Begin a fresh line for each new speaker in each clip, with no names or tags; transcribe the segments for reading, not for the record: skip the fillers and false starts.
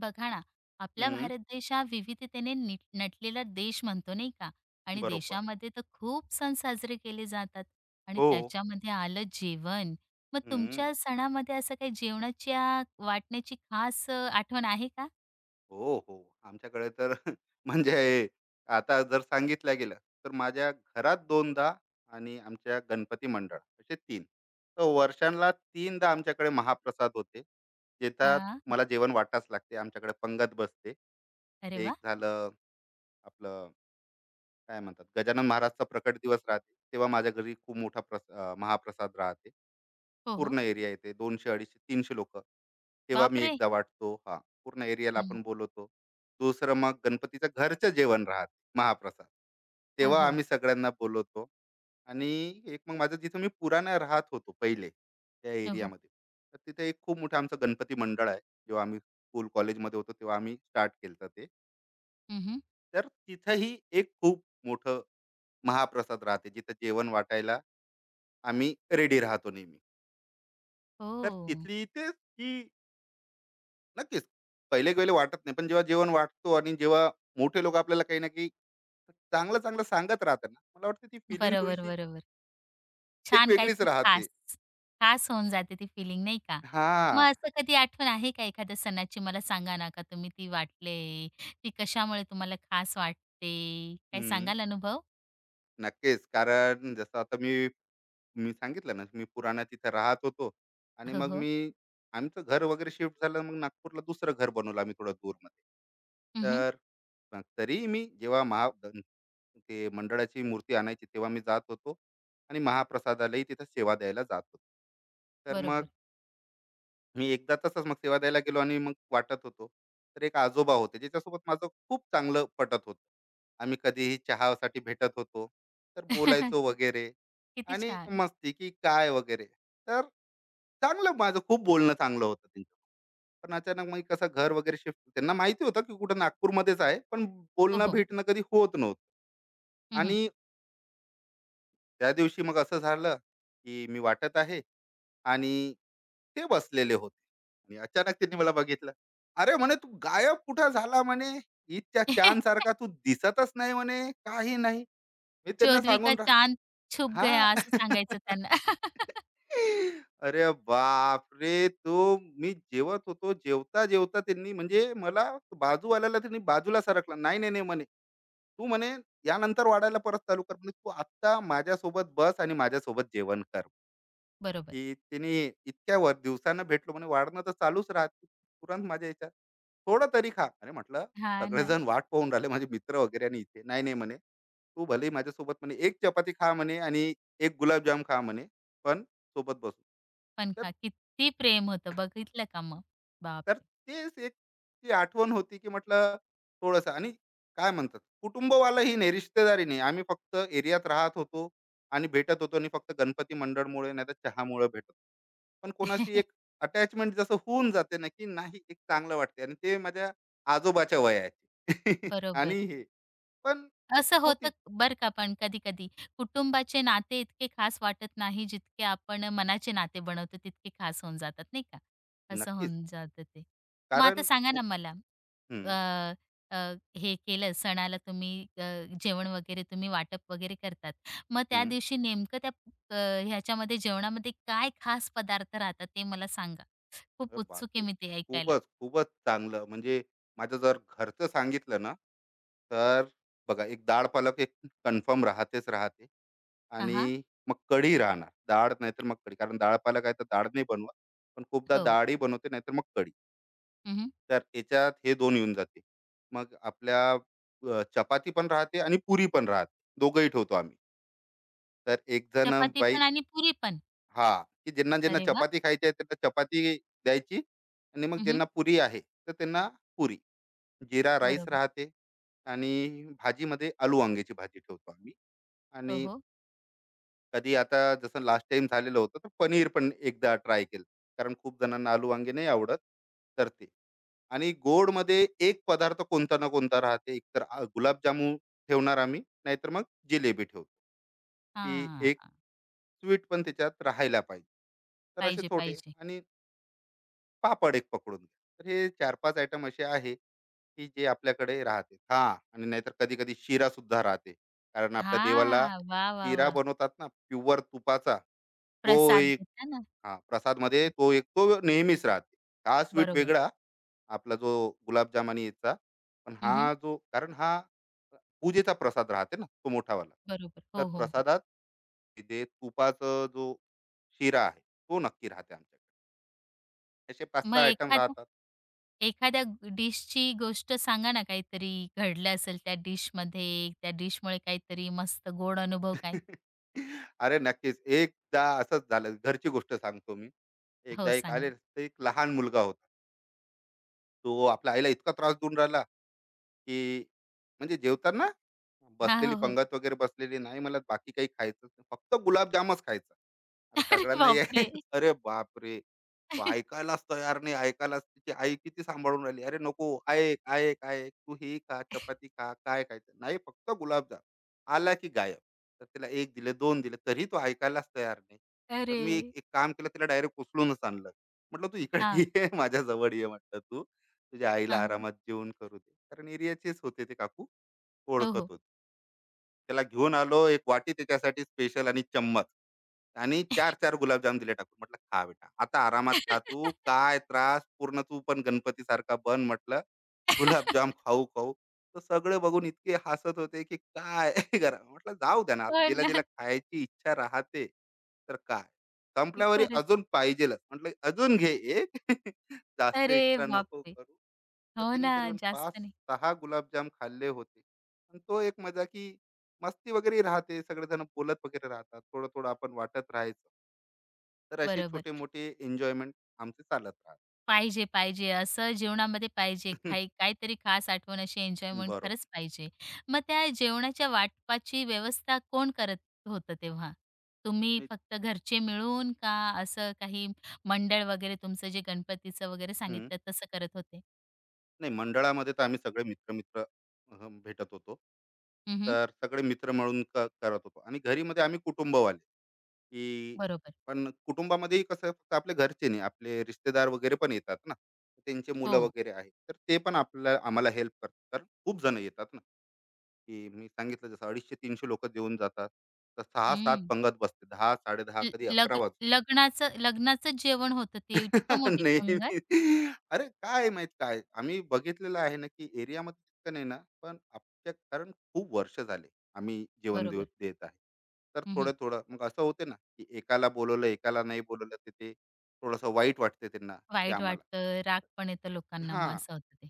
बघा ना. आपला
हं.
भारत देश हा विविधतेने नटलेला देश म्हणतो नाही का? आणि
बरोबर.
देशामध्ये तर खूप सण साजरे केले जातात. आणि
हो.
त्याच्यामध्ये आलं जेवण. मग
हं.
तुमच्या सणामध्ये असं काही जेवणाच्या वाटण्याची खास आठवण आहे का?
हो, हो. आमच्याकडे तर म्हणजे आता जर सांगितलं गेलं, तर माझ्या घरात 2दा आणि आमच्या गणपती मंडळ असे 3. तर वर्षाला 3दा आमच्याकडे महाप्रसाद होते. ज्याच्यात
हा.
मला जेवण वाटाच लागते. आमच्याकडे पंगत बसते.
अरे
एक
वा.
झालं आपलं, काय म्हणतात, गजानन महाराजचा प्रकट दिवस राहते. तेव्हा माझ्या घरी खूप मोठा महाप्रसाद राहते.
हो हो.
पूर्ण एरिया येते, 200-250-300 लोक. तेव्हा मी
बापरे.
एकदा वाटतो. हां. पूर्ण एरियाला
हं,
आपण बोलवतो. दुसरं मग गणपतीचं घरचं जेवण राहते, महाप्रसाद.
हो
तेव्हा
हो.
आम्ही सगळ्यांना बोलवतो. आणि एक मग माझं, जिथं मी पुराणा राहत होतो पहिले, त्या
हो हो.
एरियामध्ये. तर तिथे एक खूप मोठं आमचं गणपती मंडळ आहे. जेव्हा आम्ही स्कूल कॉलेजमध्ये होतो तेव्हा आम्ही स्टार्ट केलं ते.
हं,
तर तिथंही एक खूप मोठं महाप्रसाद राहते, जिथं जेवण वाटायला आम्ही रेडी राहतो नेहमी. तर
हो.
तिथली तेच. नक्कीच. पहिले पहिले वाटत नाही, पण जेव्हा जेवण वाढतो आणि जेव्हा मोठे लोक आपल्याला काही ना काही चांगलं, चांगलं सांगत राहतात ना, मला वाटतं ती फिलिंग
बरोबर
थोडीशी
बरोबर.
एक
छान
वेगळीच
काहीतरी
राहते.
खास, खास होऊन जाते ती फिलिंग नाही का? मग
हां.
असं कधी आठवण आहे का एखाद्या सणाची? मला सांगा ना, का तुम्ही ती वाटले? ती कशामुळे तुम्हाला खास वाटते? काही
हं.
सांगाल अनुभव?
नक्कीच. कारण जसं आता मी मी सांगितलं ना, मी पुराणा तिथे राहत होतो आणि
हो,
मग
हो.
मी, आमचं घर वगैरे शिफ्ट झालं, मग नागपूरला दुसरं घर बनवलं आम्ही थोडं दूरमध्ये.
हं,
तर मग तरीही मी जेव्हा ते मंडळाची मूर्ती आणायची तेव्हा मी जात होतो आणि महाप्रसादालाही तिथं सेवा द्यायला जात होतो. तर मग
बरोबर.
मी एकदा तसंच मग सेवा द्यायला गेलो आणि मग वाटत होतो. तर एक आजोबा होते, ज्याच्यासोबत माझं खूप चांगलं पटत होतं. आम्ही कधीही चहासाठी भेटत होतो, तर बोलायचो वगैरे,
किती
आणि
छान.
मस्ती की काय वगैरे. तर चांगलं, माझं खूप बोलणं चांगलं होतं त्यांच्यासोबत. पण अचानक मग कसं घर वगैरे शिफ्ट, त्यांना माहिती होतं की कुठं नागपूरमध्येच आहे, पण
हो,
बोलणं
हो.
भेटणं कधी होत नव्हतं.
हं,
आणि
हं.
त्या दिवशी मग असं झालं, की मी वाटत आहे आणि ते बसलेले होते. आणि अचानक त्यांनी मला बघितलं. "अरे!" म्हणे, "तू गायब कुठं झाला?" म्हणे, "ईदच्या चांदसारखा तू दिसतच नाही." म्हणे, "काही नाही." मी त्यांना
का
सांगून रा,
चांद छुप
हां.
गया" असं सांगायचं त्यांना.
अरे बापरे! तो मी जेवत होतो. जेवता-जेवता त्यांनी, म्हणजे मला, बाजूवाल्याला त्यांनी बाजूला सरकला. "नाही, नाही, नाही." म्हणे, "तू, म्हणे, यानंतर वाढायला परत चालू कर." म्हणे, "तू आत्ता माझ्यासोबत बस आणि माझ्यासोबत जेवण कर."
बरोबर.
की त्याने, इतक्या वर दिवसानं भेटलो, म्हणे वाढणं तर चालूच राहते, तुरंत माझ्या याच्यात थोडं तरी खा. अरे म्हटलं,
हां ना.
सगळेजण वाट पाहून राहिले माझे मित्र वगैरे, आणि इथे नाही नाही, म्हणे तू भले माझ्यासोबत म्हणे एक चपाती खा म्हणे, आणि एक गुलाबजाम खा म्हणे, पण सोबत बसू.
पण
तर
का किती प्रेम होतं बघितलं का मग?
तर
बापरे!
तेच एक ती आठवण होती, की म्हटलं थोडंसं. आणि काय म्हणतात, कुटुंबवालाही नाही, रिश्तेदारी नाही. आम्ही फक्त एरियात राहत होतो आणि भेटत होतो, आणि फक्त गणपती मंडळमुळे, नाहीतर चहामुळे भेटत होतो. पण कोणाशी एक अटॅचमेंट जसं होऊन जाते ना, की नाही, एक चांगलं वाटते. आणि ते माझ्या आजोबाच्या वयाचे. आणि
बरोबर.
हे, पण एक
असं होतं
होती.
बरं का पण कधी-कधी. कुटुंबाचे नाते इतके खास वाटत नाही, जितके आपण मनाचे नाते बनवतो तितके खास होऊन जातात, नाही का? असं
नक्कीच.
होऊन जातं ते. मग आता
कारण
सांगा
खूप.
ना मला. अ,
हं,
अ, हे केलं सणाला तुम्ही. अ, जेवण वगैरे तुम्ही वाटप वगैरे करतात. मग त्या
हं.
दिवशी नेमकं त्या ह्याच्यामध्ये जेवणामध्ये काय खास पदार्थ राहतात ते मला सांगा.
अरे
खूप उत्सुक आहे
बापरे!
मी ते ऐकायला.
खूपच, खूपच चांगलं. म्हणजे माझं जर घरचं सांगितलं ना, तर बघा, एक डाळ पालक एक कन्फर्म राहतेच राहते.
हां,
आणि मग कढी राहणार, डाळ नाहीतर मग कढी, कारण डाळ पालक आहे तर डाळ नाही बनवत. पण खूपदा
हो.
डाळही बनवते, नाहीतर मग कढी.
हं,
तर याच्यात हे दोन येऊन जाते. मग आपल्या चपाती पण राहते आणि पुरी पण राहते, दोघंही ठेवतो आम्ही. तर एक जण
चपाती
बाई
पण आणि पुरी पण.
हा, की ज्यांना ज्यांना
अरे वाह!
चपाती खायची आहे त्यांना चपाती द्यायची, आणि मग
हं,
ज्यांना पुरी आहे तर त्यांना पुरी. जिरा राईस
बरोबर.
राहते. आणि भाजीमध्ये आलू वांग्याची भाजी ठेवतो आम्ही.
हो,
आणि
हो.
कधी, आता जसं लास्ट टाइम झालेलं होतं तर पनीर पण एकदा ट्राय केलं, कारण खूप जणांना आलू वांगे नाही आवडत. तर ते, आणि गोड मध्ये एक पदार्थ कोणता ना कोणता राहते. एक तर गुलाबजामून ठेवणार आम्ही, नाहीतर मग जिलेबी ठेवतो, की एक
हां.
स्वीट पण त्याच्यात राहायला पाहिजे. तर असे
पाहिजे,
छोटे,
पाहिजे.
आणि पापड एक पकडून घ्या, तर हे 4-5 आयटम असे आहे की जे आपल्याकडे राहते. हां, आणि नाहीतर कधी-कधी शिरा सुद्धा राहते. कारण आपल्या देवाला
हां. वाह, वाह,
शिरा
वाह!
बनवतात ना प्युअर तुपाचा, तो
प्रसाद
एक,
देता ना.
हां, प्रसादमध्ये तो एक तो नेहमीच राहते. हा स्वीट
बरोबर.
वेगळा, आपला जो गुलाबजाम, आणि याचा, पण
हं, हं.
हा जो, कारण हा पूजेचा प्रसाद राहते ना, तो मोठावाला.
बरोबर.
तर
हो, हो, हो.
प्रसादात जे तुपाचा जो शिरा आहे, तो नक्की राहते आमच्याकडे. असे
मग
5-6 आयटम
एखाद्या
राहतात.
एखाद्या डिशची गोष्ट सांगा ना. काहीतरी घडलं असेल त्या डिशमध्ये, त्या डिशमुळे काहीतरी मस्त गोड अनुभव काय?
अरे नक्कीच. एकदा असंच झालं. घरची गोष्ट सांगतो मी.
हो,
एकदा एक आले
सांगा.
ते, एक लहान मुलगा होता. तो आपल्या आईला इतका त्रास देऊन राहिला, की म्हणजे जेवताना,
हा,
बसलेली
हो, हो.
पंगत वगैरे, बसलेली नाही. मला बाकी काही खायचं, फक्त गुलाबजामच खायचा. आता
अरे
सगळ्यांना यायचं.
बापरे!
अरे बापरे! तो ऐकायलाच तयार नाही. ऐकायलाच, तिची आई किती सांभाळून राहिली. "अरे नको, ऐक, ऐक, ऐक. तू हे खा, चपाती खा, काय खायचं? नाही, फक्त गुलाबजाम." आला की गायब. तर तिला 1 दिले, दोन दिले, तरी तो ऐकायलाच तयार नाही. तर
अरे!
मी एक एक काम केलं, तिला डायरेक्ट उचलूनच आणलं. म्हटलं, "तू इकडे
हां,
ये, माझ्याजवळ ये," म्हटलं, "तू तुझ्या आईला
हां.
आरामात जेवण करू दे." कारण एरियाचेच होते ते काकू,
हो,
ओळखत
हो.
होते. त्याला घेऊन आलो, एक वाटी त्याच्यासाठी स्पेशल आणि चम्मच, आणि चार चार गुलाबजाम दिले टाकून. म्हटलं, "खा बेटा, आता आरामात खा, तू काय त्रास, पूर्ण तू पण गणपती सारखा बन." म्हटलं, गुलाबजाम खाऊ खाऊ, तर सगळे बघून इतके हसत होते, की काय करा, म्हटलं जाऊ द्या ना आता,
हो
जिला जिला
ना.
खायची इच्छा राहते. तर काय, संपल्यावरी
खरंच.
अजून पाहिजेलच. म्हटलं अजून घे एक, जास्त
अरे
एक्स्ट्रा नको
बापरे!
करू. तर
हो
त्याने
ना.
करीबन
जास्त
पाच
नाही.
सहा गुलाबजाम खाल्ले होते. आणि तो एक मजा, की मस्ती वगैरे राहते, सगळेजण बोलत वगैरे राहतात, थोडं थोडं आपण वाटत राहायचं. तर असे छोटे
बरोबर.
मोठे एन्जॉयमेंट आमचे चालत राहतात.
पाहिजे, पाहिजे. असं जीवनामध्ये पाहिजे. काही काहीतरी खास आठवण अशी एन्जॉयमेंट खरंच
बरोबर.
पाहिजे. मग त्या जेवणाच्या वाटपाची व्यवस्था कोण करत होतं तेव्हा? तुम्ही
नाही.
फक्त घरचे मिळून का असं काही मंडळ वगैरे तुमचं जे गणपतीचं वगैरे
हम्म.
सांगितलं तसं करत होते?
नाही, मंडळामध्ये तर आम्ही सगळे मित्र मित्र भेटत होतो.
हं,
तर सगळे मित्र मिळून करत होतो, आणि घरी मध्ये आम्ही कुटुंबवाले, की
बरोबर.
पण कुटुंबामध्येही कसं आहे, फक्त आपले घरचे नाही, आपले रिश्तेदार वगैरे पण येतात ना, त्यांचे मुलं
हो.
वगैरे आहे, तर ते पण आपल्याला, आम्हाला हेल्प करतात, कारण खूप जण येतात ना, की मी सांगितलं जसं 250-300 लोकं जेवून जातात. तर सहा 7
हं.
पंगत बसते. 10, 10:30
ल
कधी 11
लग
वाजून.
लग्नाचं लग्नाचं जेवण होतं ते. इतकं मोठी पंगत.
नेहमी. अरे काय माहीत काय? आम्ही बघितलेलं आहे ना, की एरियामध्ये इतकं नाही ना, पण आमच्या, कारण खूप वर्ष झाले आम्ही जेवण देऊ
बरोबर.
देत आहे. तर
हं,
थोडं-थोडं मग असं होते ना, की एकाला बोलवलं, एकाला नाही बोलवलं, तर ते थोडंसं वाईट वाटते त्यांना, की
वाईट
आम्हाला.
वाटतं, राग पण येतो लोकांना. मग
हां.
असं होतं ते.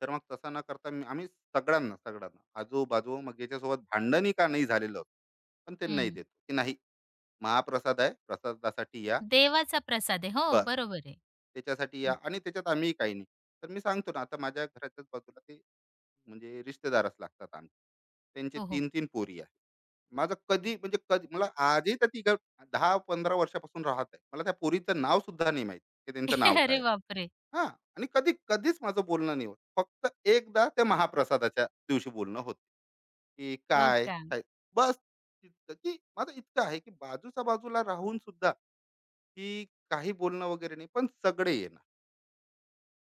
तर मग तसं न करता मी, आम्ही सगळ्यांना, सगळ्यांना आजूबाजू, मग याच्यासोबत भांडणही का नाही झालेलं होतं, पण ते नाही
हं.
देतो की नाही, महाप्रसाद आहे, प्रसादासाठी या,
देवाचा प्रसाद आहे. हो,
बस
बरोबर आहे.
त्याच्यासाठी या, आणि त्याच्यात आम्ही काही नाही. तर मी सांगतो ना, आता माझ्या घराच्याच बाजूला ते, म्हणजे रिश्तेदारच लागतात आम्ही. त्यांचे
हो, हो.
तीन तीन पोरी आहे. माझं कधी, म्हणजे कधी, मला आजही त्या दहा पंधरा वर्षापासून राहत आहे, मला त्या पोरीचं नाव सुद्धा नाही माहित, की त्यांचं नाव
अरे
काय आहे.
बापरे!
हां. आणि कधी कधीच माझं बोलणं नाही होत. फक्त एकदा त्या महाप्रसादाच्या दिवशी बोलणं होतं, की
हो
काय
का?
काय? बस इतकं, की माझं इतकं आहे, की बाजूच्या बाजूला राहून सुद्धा, की काही बोलणं वगैरे नाही. पण सगळे येणार,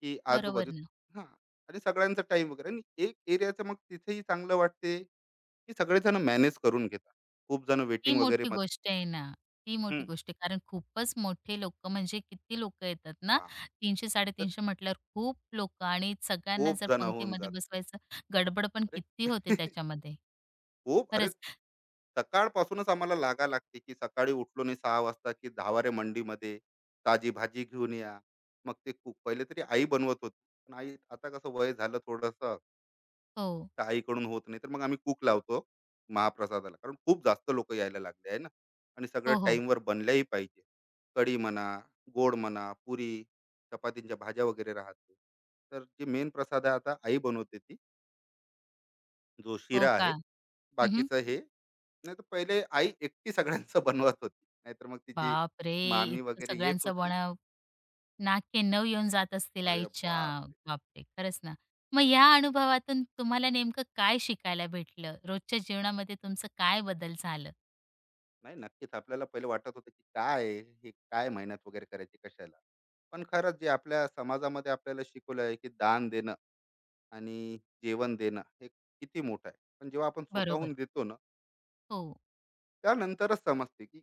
की
बरोबर
आजूबाजू.
ना.
हां. आणि सगळ्यांचा टाईम वगैरे, आणि एक एरियाचं मग तिथेही चांगलं वाटते, की सगळेजण मॅनेज करून घेतात. खूप जण
ती
वेटिंग वगैरे
मोठी
मग.
गोष्ट आहे ना. ती
हं.
मोठी गोष्ट आहे. कारण खूपच मोठे लोकं म्हणजे किती लोकं येतात ना.
हां. तर
300-350 म्हटल्यावर खूप लोकं. आणि सगळ्यांना
खूप
जर
जण होऊन
पंक्तीमध्ये
जातात.
बसवायचं, गडबड पण
अरे!
किती होते त्याच्यामध्ये.
खूप, अरे
खरंच.
सकाळपासूनच आम्हाला लागा लागते, की सकाळी उठलो नाही सहा वाजता, की धावारे मंडीमध्ये, ताजी भाजी घेऊन या. मग ते कुक, पहिले तरी आई बनवत होती, पण आई आता कसं वय झालं थोडंसं,
हो.
तर आईकडून होत नाही, तर मग आम्ही कुक लावतो महाप्रसादाला, कारण खूप जास्त लोक यायला लागले आहे ना, आणि सगळं
हो, हो.
टाईमवर बनल्याही पाहिजे. कढी म्हणा, गोड म्हणा, पुरी, चपातींच्या भाज्या वगैरे राहते. तर जे मेन प्रसाद आहे आता, आई बनवते ती, जो
हो
शिरा
का?
आहे,
हं,
बाकीचं हे, नाही तर पहिले आई एकटी सगळ्यांचं बनवत होती, नाहीतर मग तिची
बापरे!
मामी
इतकं
वगैरे येत
सगळ्यांचं
होती.
बनव. नाक-कान-नऊ येऊन जात असतील
अरे
आईच्या.
बाप रे.
बापरे! खरंच ना. मग ह्या अनुभवातून तुम्हाला नेमकं काय शिकायला भेटलं? रोजच्या जीवनामध्ये तुमचं काय बदल झालं?
नाही, नक्कीच आपल्याला पहिले वाटत होतं की काय आहे, हे काय मेहनत वगैरे करायची कशाला, पण खरंच जे आपल्या समाजामध्ये आपल्याला शिकवलं आहे, की दान देणं आणि जेवण देणं हे किती मोठं आहे, पण जेव्हा आपण
बरोबर.
स्वतःहून देतो ना,
हो.
त्यानंतरच समजते, की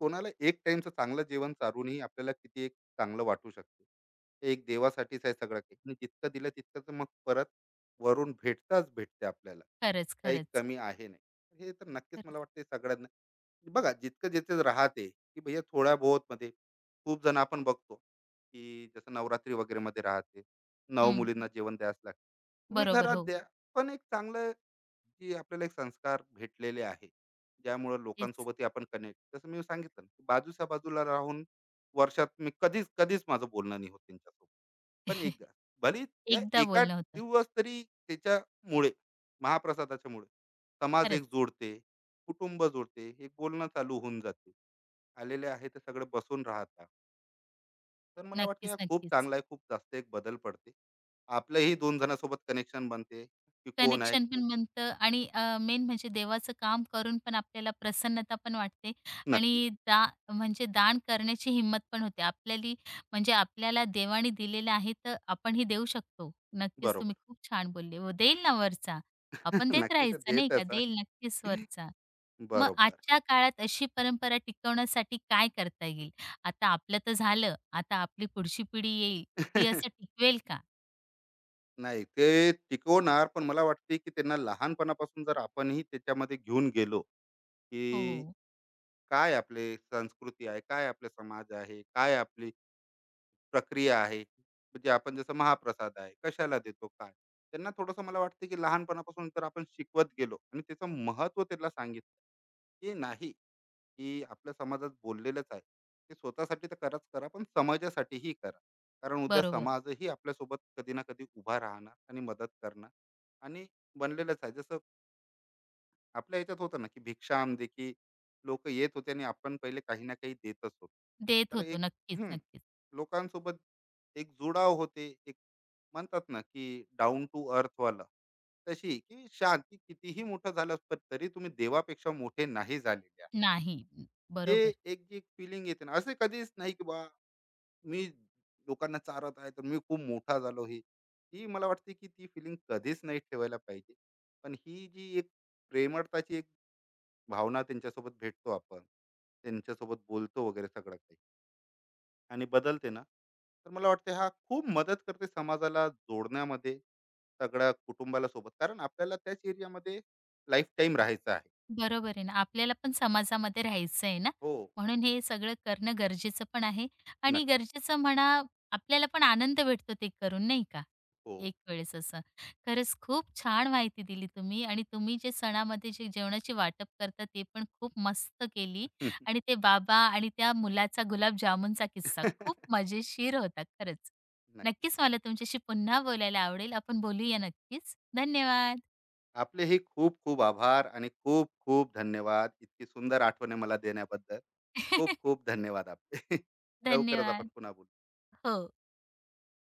कोणाला एक टाइमचं चांगलं जेवण चालूनही आपल्याला किती एक चांगलं वाटू शकते. ते एक देवासाठीच आहे सगळं काही, आणि जितकं दिलं तितकं तर मग परत वरून भेटताच भेटते आपल्याला,
खरंच,
काही
खरंच.
कमी आहे नाही, हे तर नक्कीच मला
खरंच.
वाटते सगळ्यांना. बघा, जितकं जिथे राहते की भैया, थोड्या बहुत मध्ये, खूप जण आपण बघतो की जसं नवरात्री वगैरे मध्ये राहते, नऊ
हं.
मुलींना जेवण द्यास लागते, तुम्ही
बरोबर.
घरात
हो.
द्या. पण एक चांगलं जी आपल्याला एक संस्कार भेटलेले आहे, ज्यामुळे
तेच.
लोकांसोबतही आपण कनेक्ट, जसं मी सांगितलं ना, की बाजूच्या बाजूला राहून वर्षात मी कधीच, कधीच माझं बोलणं नाही होत त्यांच्यासोबत, पण एकदा भले त्या
एकदा
एका
बोलणं होतं.
दिवस तरी, त्याच्यामुळे, महाप्रसादाच्या मुळे, समाज एक
खरंच.
जोडते, कुटुंब जोडते, एक बोलणं चालू होऊन जाते, आलेले आहे ते सगळे बसून राहतात. तर मला वाटतं
नक्कीच,
या खूप
नक्कीच.
चांगला आहे, खूप जास्त एक बदल पडते, आपलंही दोन जणांसोबत कनेक्शन बनते, की कोण आहे
कनेक्शन पण बनतं. आणि मेन म्हणजे देवाचं काम करून पण आपल्याला प्रसन्नता पण वाटते.
नक्की.
आणि म्हणजे दान करण्याची हिंमत पण होते. आपल्याली म्हणजे आपल्याला देवाने दिलेलं आहे, तर आपणही देऊ शकतो. नक्कीच
बरोबर.
तुम्ही खूप छान बोलले. हो, देईल ना वरचा. आपण देत
नक्की तर
राहायचं नाही का,
देतच
देईल नक्कीच
आहे.
वरचा. मग
बरोबर.
आजच्या काळात अशी परंपरा टिकवण्यासाठी काय करता येईल? आता आपलं तर झालं, आता आपली पुढची पिढी येईल, ती असं टिकवेल का?
नाही, ते टिकवणार, पण मला वाटते की त्यांना लहानपणापासून जर आपणही त्याच्यामध्ये घेऊन गेलो,
हो,
की
हो.
काय आपले संस्कृती आहे, काय आपला समाज आहे, काय आपली प्रक्रिया आहे, म्हणजे आपण जसं महाप्रसाद आहे, कशाला देतो, काय? त्यांना थोडंसं मला वाटतं, की लहानपणापासून जर आपण शिकवत गेलो आणि त्याचं महत्त्व त्यांना सांगितलं, की नाही, की आपल्या समाजात बोललेलंच आहे. ते स्वतःसाठी तर कराच करा, पण समाजासाठीही करा. कारण उद्या
बरोबर.
समाजही आपल्यासोबत कधी ना कधी उभा राहणार आणि मदत करणार, आणि बनलेलंच आहे. जसं आपल्या याच्यात होतं ना, की भिक्षाम दे, की लोक येत होते आणि आपण पहिले काही ना काही देतच होतो.
देत
तर
होतो.
एक,
नक्कीच,
हम्म,
नक्कीच.
लोकांसोबत एक जुडाव होते, एक म्हणतात ना, की डाऊन टू वाला, तशी की शांती, कितीही मोठं झालं पण तरी तुम्ही देवापेक्षा मोठे नाही झालेले आहे.
नाही.
ते
बरोबर.
एक जी फिलिंग येते ना, असे कधीच नाही, की मी लोकांना चारत आहे तर मी खूप मोठा झालो, हे ती मला वाटते, की ती फिलिंग कधीच नाही ठेवायला पाहिजे, पण ही जी एक प्रेमळताची एक भावना, त्यांच्यासोबत भेटतो आपण, त्यांच्यासोबत बोलतो वगैरे सगळं काही, आणि बदलते ना. तर मला वाटते हा खूप मदत करते समाजाला जोडण्यामध्ये, सगळ्या कुटुंबाला सोबत, कारण आपल्याला त्याच एरियामध्ये लाईफ टाईम राहायचं आहे.
बरोबर आहे ना. आपल्याला पण समाजामध्ये राहायचं आहे ना,
हो.
म्हणून हे सगळं करणं गरजेचं पण आहे. आणि
नक्की.
गरजेचं म्हणा, आपल्याला पण आनंद भेटतो ते करून नाही का?
हो.
एक वेळेस असं. खरंच खूप छान माहिती दिली तुम्ही. आणि तुम्ही जे सणामध्ये जे जेवणाची वाटप करता ते पण खूप मस्त केली. आणि ते बाबा आणि त्या मुलाचा गुलाबजामुनचा किस्सा खूप मजेशीर होता खरंच.
नक्की.
नक्कीच मला तुमच्याशी पुन्हा बोलायला आवडेल. आपण बोलूया नक्कीच. धन्यवाद.
आपले हे खूप खूप आभार, आणि खूप खूप धन्यवाद इतकी सुंदर आठवणे मला देण्याबद्दल. खूप खूप धन्यवाद आपले. लवकरच आपण
धन्यवाद.
पुन्हा बोलू.
हो.